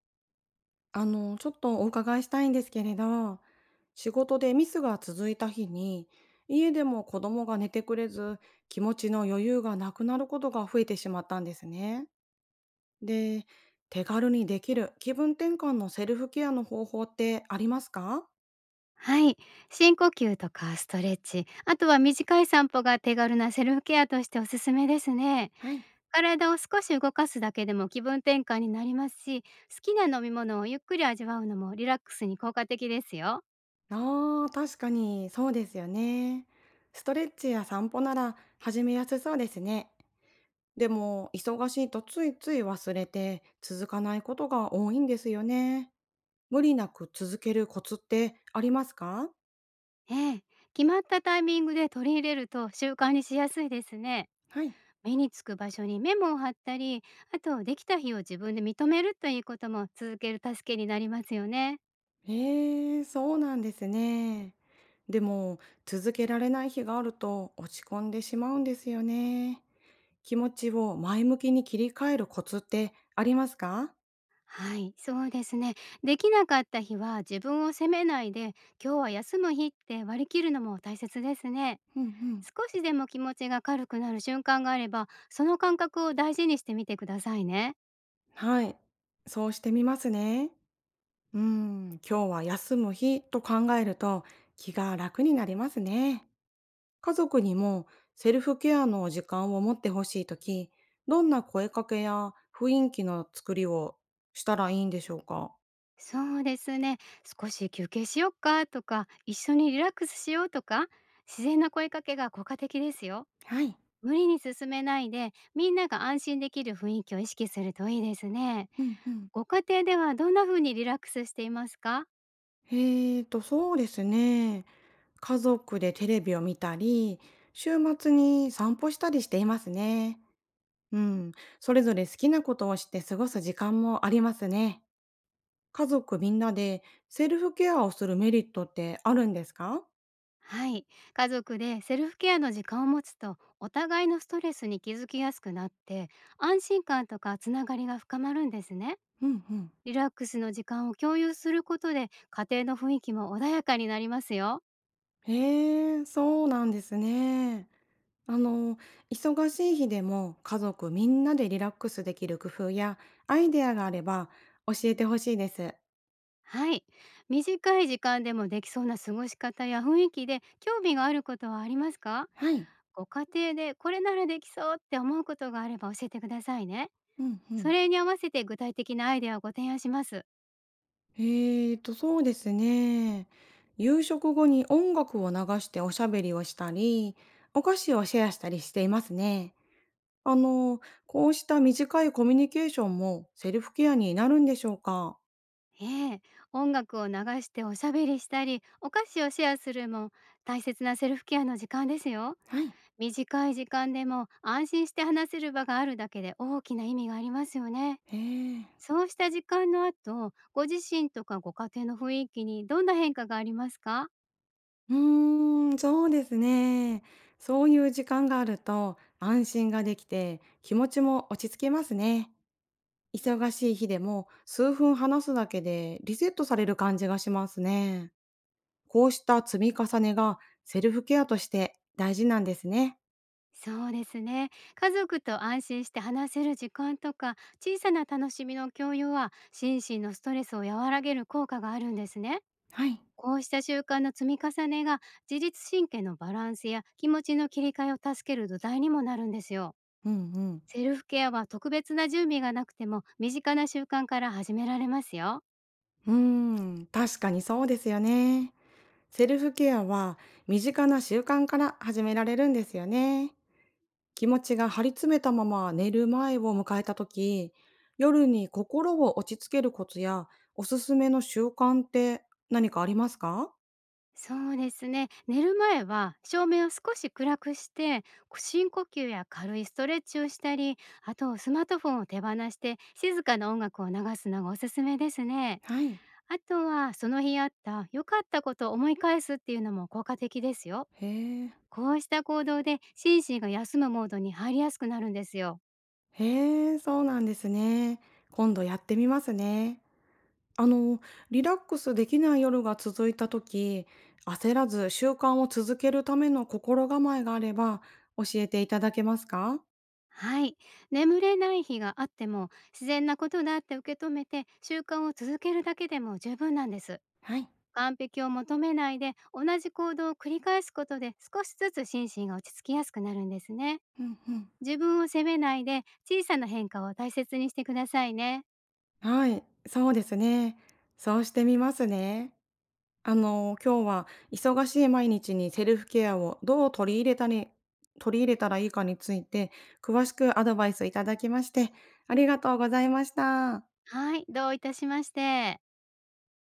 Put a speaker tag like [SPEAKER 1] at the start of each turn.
[SPEAKER 1] ちょっとお伺いしたいんですけれど、仕事でミスが続いた日に、家でも子供が寝てくれず、気持ちの余裕がなくなることが増えてしまったんですね。で、手軽にできる気分転換のセルフケアの方法ってありますか？
[SPEAKER 2] はい、深呼吸とかストレッチ、あとは短い散歩が手軽なセルフケアとしておすすめですね。
[SPEAKER 1] はい。
[SPEAKER 2] 体を少し動かすだけでも気分転換になりますし、好きな飲み物をゆっくり味わうのもリラックスに効果的ですよ。
[SPEAKER 1] ああー、確かにそうですよね。ストレッチや散歩なら始めやすそうですね。でも、忙しいとついつい忘れて続かないことが多いんですよね。無理なく続けるコツってありますか？
[SPEAKER 2] ええ、決まったタイミングで取り入れると習慣にしやすいですね。
[SPEAKER 1] はい。
[SPEAKER 2] 目につく場所にメモを貼ったり、あとできた日を自分で認めるということも続ける助けになりますよね。
[SPEAKER 1] へえ、そうなんですね。でも、続けられない日があると落ち込んでしまうんですよね。気持ちを前向きに切り替えるコツってありますか？
[SPEAKER 2] はい、そうですね。できなかった日は自分を責めないで、今日は休む日って割り切るのも大切ですね。
[SPEAKER 1] うんうん。
[SPEAKER 2] 少しでも気持ちが軽くなる瞬間があれば、その感覚を大事にしてみてくださいね。
[SPEAKER 1] はい。そうしてみますね。うん、今日は休む日と考えると気が楽になりますね。家族にもセルフケアの時間を持ってほしいとき、どんな声かけや雰囲気の作りをしたらいいんでしょうか？
[SPEAKER 2] そうですね。少し休憩しよっかとか、一緒にリラックスしようとか、自然な声かけが効果的ですよ。
[SPEAKER 1] はい。
[SPEAKER 2] 無理に進めないで、みんなが安心できる雰囲気を意識するといいですね。
[SPEAKER 1] うんうん。
[SPEAKER 2] ご家庭ではどんな風にリラックスしていますか？
[SPEAKER 1] えそうですね。家族でテレビを見たり、週末に散歩したりしていますね。うん。それぞれ好きなことをして過ごす時間もありますね。家族みんなでセルフケアをするメリットってあるんですか？
[SPEAKER 2] はい。家族でセルフケアの時間を持つと、お互いのストレスに気づきやすくなって、安心感とかつながりが深まるんですね。
[SPEAKER 1] うんうん。
[SPEAKER 2] リラックスの時間を共有することで、家庭の雰囲気も穏やかになりますよ。
[SPEAKER 1] へえ、そうなんですね。あの、忙しい日でも家族みんなでリラックスできる工夫やアイデアがあれば教えてほしいです。
[SPEAKER 2] はい。短い時間でもできそうな過ごし方や雰囲気で興味があることはありますか？
[SPEAKER 1] はい。
[SPEAKER 2] ご家庭でこれならできそうって思うことがあれば教えてくださいね。
[SPEAKER 1] うんう
[SPEAKER 2] そ
[SPEAKER 1] ん。
[SPEAKER 2] れに合わせて具体的なアイデアをご提案します。
[SPEAKER 1] えそうですね。夕食後に音楽を流しておしゃべりをしたり、お菓子をシェアしたりしていますね。あの、こうした短いコミュニケーションもセルフケアになるんでしょうか？
[SPEAKER 2] ええ、音楽を流しておしゃべりしたり、お菓子をシェアするも大切なセルフケアの時間ですよ。
[SPEAKER 1] はい。
[SPEAKER 2] 短い時間でも安心して話せる場があるだけで大きな意味がありますよね。
[SPEAKER 1] へえ。
[SPEAKER 2] そうした時間の後、ご自身とかご家庭の雰囲気にどんな変化がありますか？
[SPEAKER 1] うーん、そうですね。そういう時間があると安心ができて気持ちも落ち着けますね。忙しい日でも数分話すだけでリセットされる感じがしますね。こうした積み重ねがセルフケアとして大事なんですね。
[SPEAKER 2] そうですね。家族と安心して話せる時間とか、小さな楽しみの共有は心身のストレスを和らげる効果があるんですね。
[SPEAKER 1] はい。
[SPEAKER 2] こうした習慣の積み重ねが、自律神経のバランスや気持ちの切り替えを助ける土台にもなるんですよ。
[SPEAKER 1] うんうん。
[SPEAKER 2] セルフケアは特別な準備がなくても、身近な習慣から始められますよ。
[SPEAKER 1] うーん、確かにそうですよね。セルフケアは身近な習慣から始められるんですよね。気持ちが張り詰めたまま寝る前を迎えた時、夜に心を落ち着けるコツやおすすめの習慣って何かありますか？
[SPEAKER 2] そうですね。寝る前は照明を少し暗くして、深呼吸や軽いストレッチをしたり、あとスマートフォンを手放して静かな音楽を流すのがおすすめですね。
[SPEAKER 1] はい。
[SPEAKER 2] あとはその日あった良かったことを思い返すっていうのも効果的ですよ。
[SPEAKER 1] へえ、
[SPEAKER 2] こうした行動で心身が休むモードに入りやすくなるんですよ。
[SPEAKER 1] へえ、そうなんですね。今度やってみますね。あの、リラックスできない夜が続いた時、焦らず習慣を続けるための心構えがあれば教えていただけますか？
[SPEAKER 2] はい。眠れない日があっても自然なことだって受け止めて、習慣を続けるだけでも十分なんです。
[SPEAKER 1] はい。
[SPEAKER 2] 完璧を求めないで、同じ行動を繰り返すことで少しずつ心身が落ち着きやすくなるんですね。
[SPEAKER 1] うんうん。
[SPEAKER 2] 自分を責めないで、小さな変化を大切にしてくださいね。
[SPEAKER 1] はい、そうですね。そうしてみますね。今日は忙しい毎日にセルフケアをどう取り入れたり取り入れたらいいかについて詳しくアドバイスいただきましてありがとうございました。
[SPEAKER 2] はい。どういたしまして。